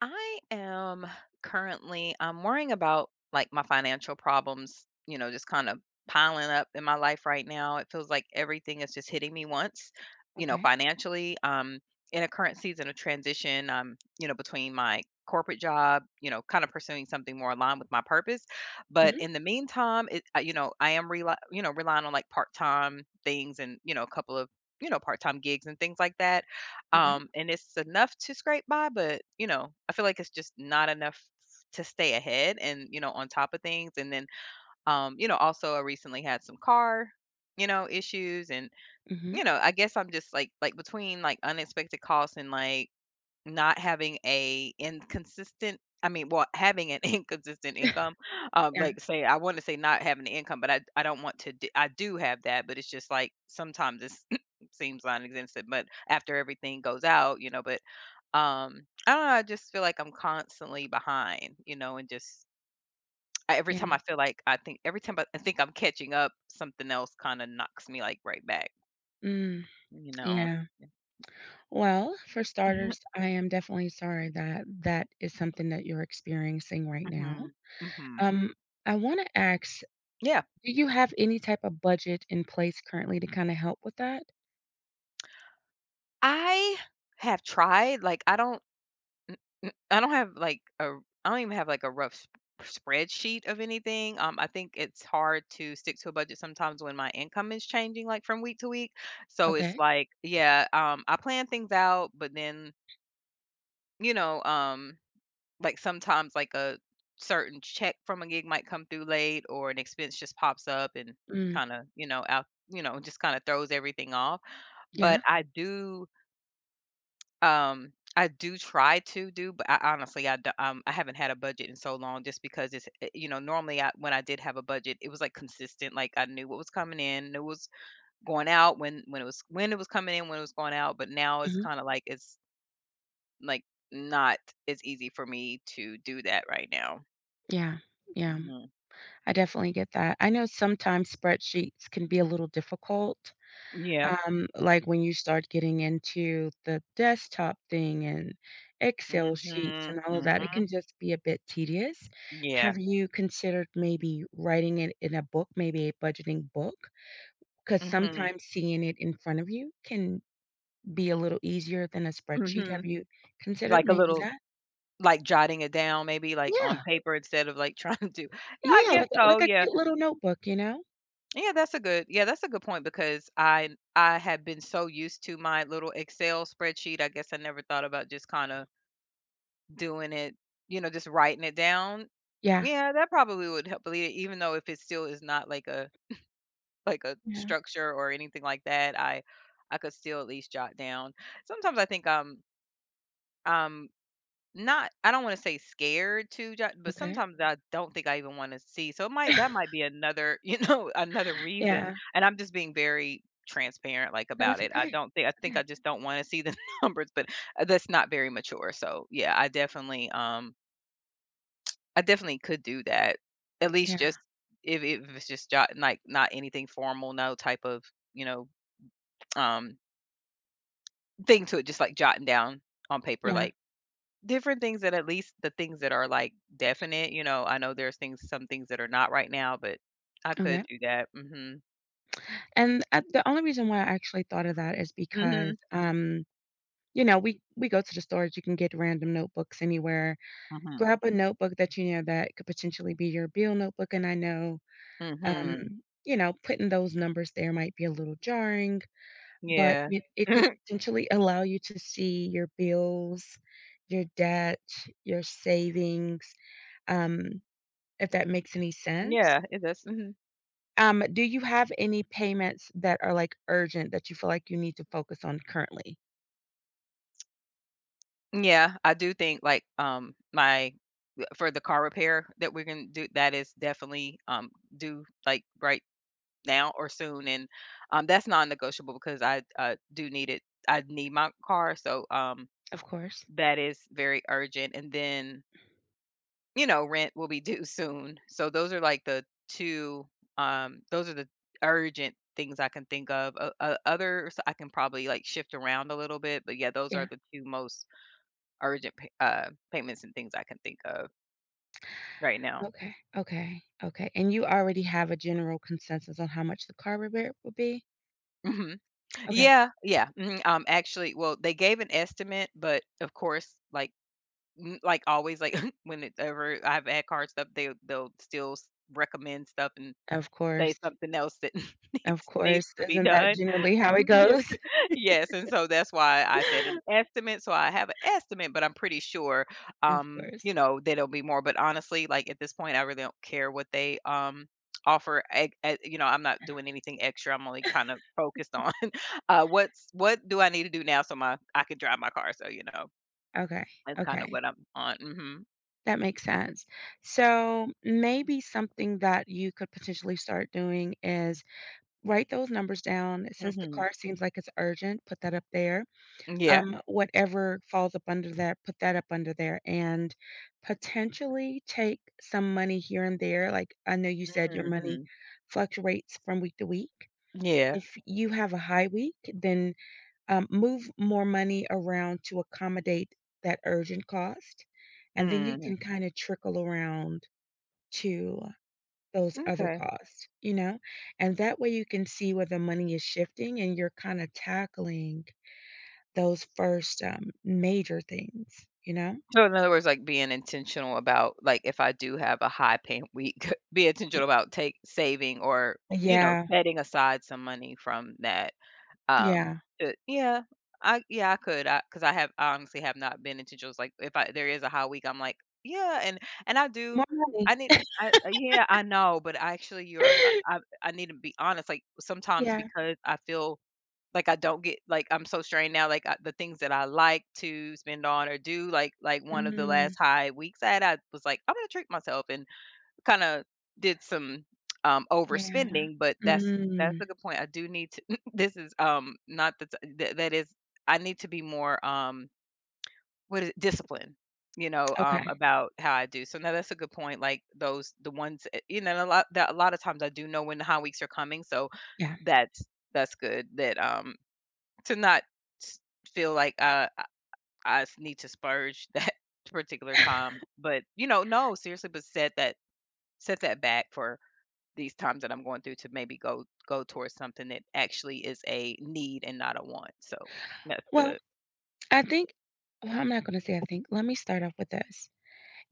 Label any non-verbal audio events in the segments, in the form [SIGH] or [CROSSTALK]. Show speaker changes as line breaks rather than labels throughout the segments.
I am currently I'm worrying about like my financial problems, you know, just kind of piling up in my life right now. It feels like everything is just hitting me once, you know,
Okay.
financially. In a current season of transition, you know, between my corporate job, you know, kind of pursuing something more aligned with my purpose. But in
Mhm.
the meantime, it you know, you know, relying on like part-time things and, you know, a couple of, you know, part-time gigs and things like that,
Okay.
and it's enough to scrape by, but, you know, I feel like it's just not enough to stay ahead and, you know, on top of things. And then, you know, also I recently had some car, you know, issues and,
Mhm.
you know, I guess I'm just like between like unexpected costs and like not having a inconsistent I mean, well, having an [LAUGHS] inconsistent income,
[LAUGHS] Yeah,
like, say, I wanna say not having the income, but I don't want to d I do have that, but it's just, like, sometimes it's [LAUGHS] [CLEARS THROAT] seems non-existent, but after everything goes out, you know, but, um, I don't know, I just feel like I'm constantly behind, you know, and just
yeah.
every time I think I'm catching up, something else kinda knocks me, like, right back,
Mm,
you know?
yeah. Well, for starters, I am definitely sorry that that is something that you're experiencing right
[LAUGHS]
now.
Mhm. Mhm.
Um, I wanna ask,
Yeah.
do you have any type of budget in place currently to kinda help with that?
I have tried, like, I don't have, like, a I don't even have, like, a rough sp spreadsheet of anything. I think it's hard to stick to a budget sometimes when my income is changing, like, from week to week, so it's
Okay.
like yeah. I plan things out, but then, you know, like, sometimes, like, a certain check from a gig might come through late or an expense just pops up and
Mm,
kinda, you know, just kinda throws everything off, but
yeah.
um, I do try to do, but I honestly, I d I haven't had a budget in so long just because it's, eh, you know, normally I, when I did have a budget, it was like consistent. Like I knew what was coming in, knew what was going out, when it was coming in, when it was going out. But now it's
Mhm.
kind of like it's like not as easy for me to do that right now.
Yeah, yeah.
hmm
I definitely get that. I know sometimes spreadsheets can be a little difficult.
Yeah.
Like when you start getting into the desktop thing and
hmm
Excel sheets and all of that, it
hmm
can just be a bit tedious.
Yeah.
Have you considered maybe writing it in a book, maybe a budgeting book? Because
hmm
sometimes seeing it in front of you can be a little easier than a spreadsheet.
hmm
Have you considered
Like a
maybe
little,
that?
like jotting it down, maybe like on
Yeah,
paper instead of like [LAUGHS] trying to do. Yeah, I
yeah,
guess
like
so.
a
Yeah.
cute little notebook, you know?
Yeah, that's a good yeah, that's a good point, because I had been so used to my little Excel spreadsheet. I guess I never thought about just kind of doing it, you know, just writing it down.
Yeah,
Yeah, that probably would help alleviate it, even though if it still is not like a like a
yeah,
structure or anything like that, I could still at least jot down. Sometimes I think I'm Not I don't wanna say scared to ju but
okay.
sometimes I don't think I even wanna see, so it might that might
[LAUGHS]
be another, [LAUGHS] you know, another reason,
Yeah,
and I'm just being very transparent, like,
no,
about
it's
it.
okay.
I
It's
think I
okay.
just don't wanna see the [LAUGHS] numbers, but that's not very mature, so, yeah, I definitely could do that. At
Yeah,
least just if it's just jot, like, not anything formal, no type of, you know, um, thing to it, just, like, jotting down on paper,
yeah,
like different things that, at least the things that are, like, definite, you know. I know there's things some things that are not right now, but I could
okay.
do that. Mhm.
And, the only reason why I actually thought of that is because,
Mhm.
um, you know, we we go to the stores, you can get random notebooks anywhere.
Mhm.
Grab a notebook that you know that could potentially be your bill notebook, and I know,
Mhm.
um, you know, putting those numbers there might be a little jarring, but
Yeah.
it could
[LAUGHS]
potentially allow you to see your bills, your debt, your savings, um, if that makes any sense.
Yeah, it does. Mhm.
Do you have any payments that are, like, urgent that you feel like you need to focus on currently?
Yeah, I do think, like, my for the car repair that we're gonna do, that is definitely, due, like, right now or soon, and, that's non-negotiable because I need my car, so,
Of course.
that is very urgent, and then you know, rent will be due soon. So those are like the 2, those are the urgent things I can think of. O o Others I can probably, like, shift around a little bit, but yeah, those are
Yeah.
the 2 most urgent payments and things I can think of right now.
Okay, okay, okay, and you already have a general consensus on how much the car repair will be?
Mhm.
Okay.
Yeah, yeah, mhm, actually well, they gave an estimate, but of course, like m like always, like, [LAUGHS] whenever I've had card stuff, they'll still s recommend stuff and
Of
say
course,
something else that [LAUGHS]
of
needs
course,
to be
isn't that
done.
generally how it
[LAUGHS] Yep.
goes?
Yes, and so that's why I said an
[LAUGHS]
estimate, so I have an estimate, but I'm pretty sure,
Of course.
you know, that it'll be more, but honestly, like, at this point, I really don't care what they, offer. You know, I'm not doing anything extra, I'm only kinda focused on, [LAUGHS] what do I need to do now so my I can drive my car, so, you know,
Okay,
that's kinda
okay,
what I'm on. Mhm.
that makes sense. So, maybe something that you could potentially start doing is write those numbers down. Since the
Mhm.
car seems like it's urgent, put that up there.
Yeah.
Whatever falls up under that, put that up under there and potentially take some money here and there. Like I know you said your money
Mhm.
fluctuates from week to week.
Yeah.
If you have a high week, then move more money around to accommodate that urgent cost. And then you
Mhm.
can kind of trickle around to those other
M'kay.
costs, you know? And that way you can see where the money is shifting and you're kind of tackling those first, major things, you know?
So in other words, like, being intentional about, like, if I do have a high paying week, [LAUGHS] be intentional about take saving or, you know,
Yeah,
setting aside some money from that, um,
yeah.
to yeah, I could. I Because I honestly have not been intentional. It's like, if I there is a high week, I'm like, "Yeah," and I
More
do, I
money.
need I yeah, I know, but actually you're I
[LAUGHS]
I I need to be honest, like, sometimes
Yeah.
because I feel like I don't get, like I'm so strained now. Like I, the things that I like to spend on or do, like one of the
Mm,
last high weeks I had, I was like, I'm gonna treat myself and kind of did some
yeah.
overspending. But that's
Mm,
a good point. I do need to. [LAUGHS] this is not the t- th- that is I need to be more what is discipline. You know,
okay,
about how I do. So now that's a good point. Like those, the ones, you know, and a lot that a lot of times I do know when the high weeks are coming. So
yeah.
that's that's good. That to not s feel like, I s need to spurge [LAUGHS] that particular time,
[LAUGHS]
but, you know, no, seriously, but set that back for these times that I'm going through, to maybe go towards something that actually is a need and not a want, so that's
Well,
good.
I think well, I'm not gonna say I think. Let me start off with this.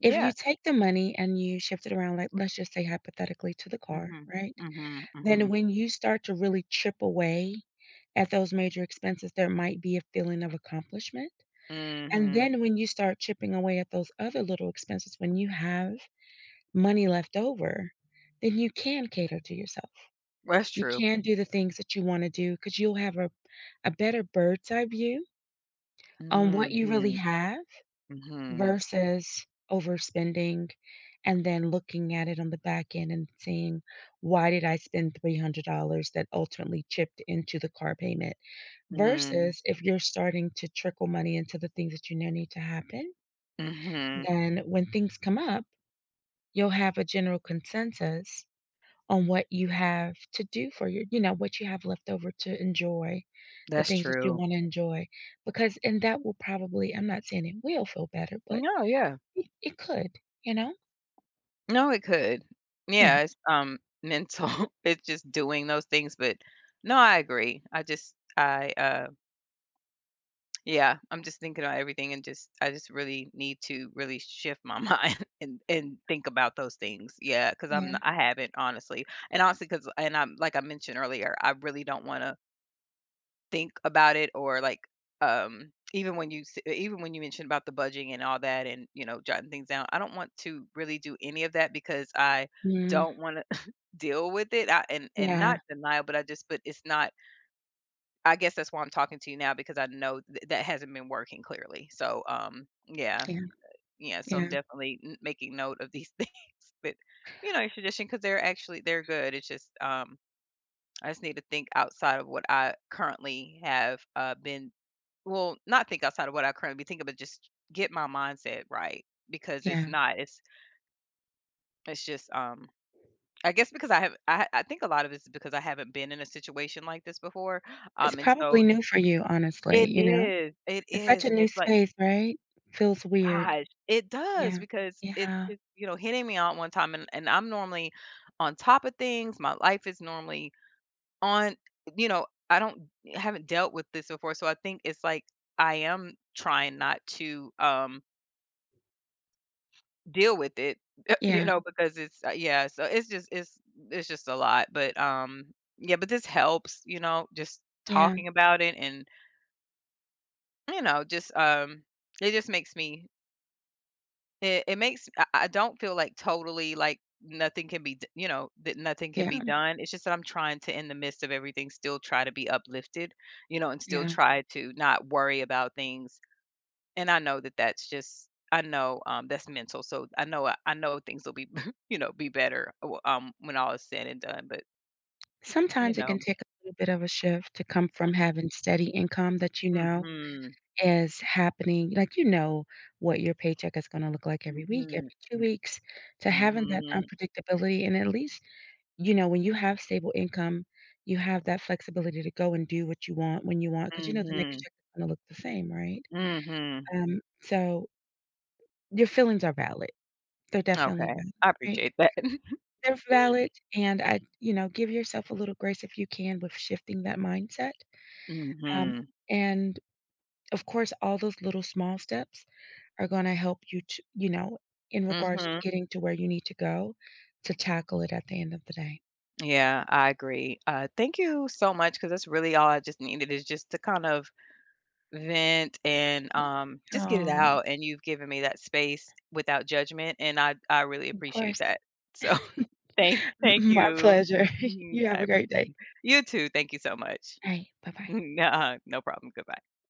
If you take the money and you shift it around, like, let's just say hypothetically to the car,
Mhm.
right?
Mhm,
Then
mhm.
when you start to really chip away at those major expenses, there might be a feeling of accomplishment. And
Mhm.
then when you start chipping away at those other little expenses, when you have money left over, then you can cater to yourself.
That's
You
true.
can do the things that you wanna do because 'cause you'll have a better bird's eye view on what you really
Mhm.
have
Mhm.
versus overspending and then looking at it on the back end and seeing, "Why did I spend $300 that ultimately chipped into the car payment?"
Mhm.
Versus if you're starting to trickle money into the things that you know need to happen,
Mhm.
then when things come up, you'll have a general consensus on what you have to do for what you have left over to enjoy, the
That's
things that you
true.
wanna enjoy, because and that will probably I'm not saying it will feel better, but
No, yeah.
it could, you know?
No, it could.
Yeah.
Yeah, it's, mental. [LAUGHS] It's just doing those things, but no, I agree. Yeah, I'm just thinking about everything and just I just really need to really shift my [LAUGHS] mind and think about those things. Yeah, 'cause
Yeah.
I haven't, honestly. And honestly, 'cause and I'm like I mentioned earlier, I really don't wanna think about it or like even when you even when you mentioned about the budging and all that, and you know, jotting things down, I don't want to really do any of that because I
Mm.
don't want to [LAUGHS] deal with it. And
Yeah.
not denial, but I just but it's not, I guess that's why I'm talking to you now, because I know that hasn't been working clearly, so yeah,
Yeah.
yeah. So
Yeah.
I'm definitely making note of these [LAUGHS] things, but you know your tradition, because they're actually they're good. It's just I just need to think outside of what I currently have, been, well, not think outside of what I currently be thinking, but just get my mindset right, because it's
Yeah.
not. It's just I guess because I think a lot of it's because I haven't been in a situation like this before,
It's
and
probably
so
new for you, honestly, you know?
it
It's such
is,
a
and
new
it's like,
space, right? Feels weird.
gosh, it does,
Yeah.
because it's
Yeah.
just you know hitting me on one time, and I'm normally on top of things. My life is normally on you know, I don't haven't dealt with this before, so I think it's like I am trying not to, deal with it, [LAUGHS] you
Yeah.
know, because it's yeah, so it's just a lot, but, yeah, but this helps, you know, just
Yeah.
talking about it and, you know, just, it just makes me It it makes I don't feel like totally like nothing can be d you know, that nothing can be
Yeah.
done. It's just that I'm trying to, in the midst of everything, still try to be uplifted, you know, and still
Yeah.
try to not worry about things. And I know that that's just I know, that's mental, so I know I know things will be, [LAUGHS] you know, be better, w when all is said and done, but, you
Sometimes it can
know.
take a little bit of a shift to come from having steady income that you know
Mhm.
is happening, like, you know what your paycheck is gonna look like every week,
Mhm.
every two weeks, to having that
Mhm.
unpredictability, and at least, you know, when you have stable income, you have that flexibility to go and do what you want when you want, because you know the next
Mhm.
check is gonna look the same, right?
Mhm.
So your feelings are valid. They're definitely
Okay.
valid,
I
right?
appreciate that. [LAUGHS]
They're valid, and I give yourself a little grace if you can with shifting that mindset. Um,
Mhm.
and of course, all those little small steps are gonna help you to, you know, in regards to
Mhm.
getting to where you need to go to tackle it at the end of the day.
Yeah, I agree. Thank you so much, because that's really all I just needed, is just to kind of vent and just get it
Oh,
out. And you've given me that space without judgment, and I really
of
appreciate
course.
that. So [LAUGHS]
[LAUGHS]
thank
My
you.
pleasure. [LAUGHS]
Mhm,
You have
I
a great
appreciate
day.
it. You too. Thank you so much. [LAUGHS]
All right. Bye bye.
Nah, no problem. Goodbye.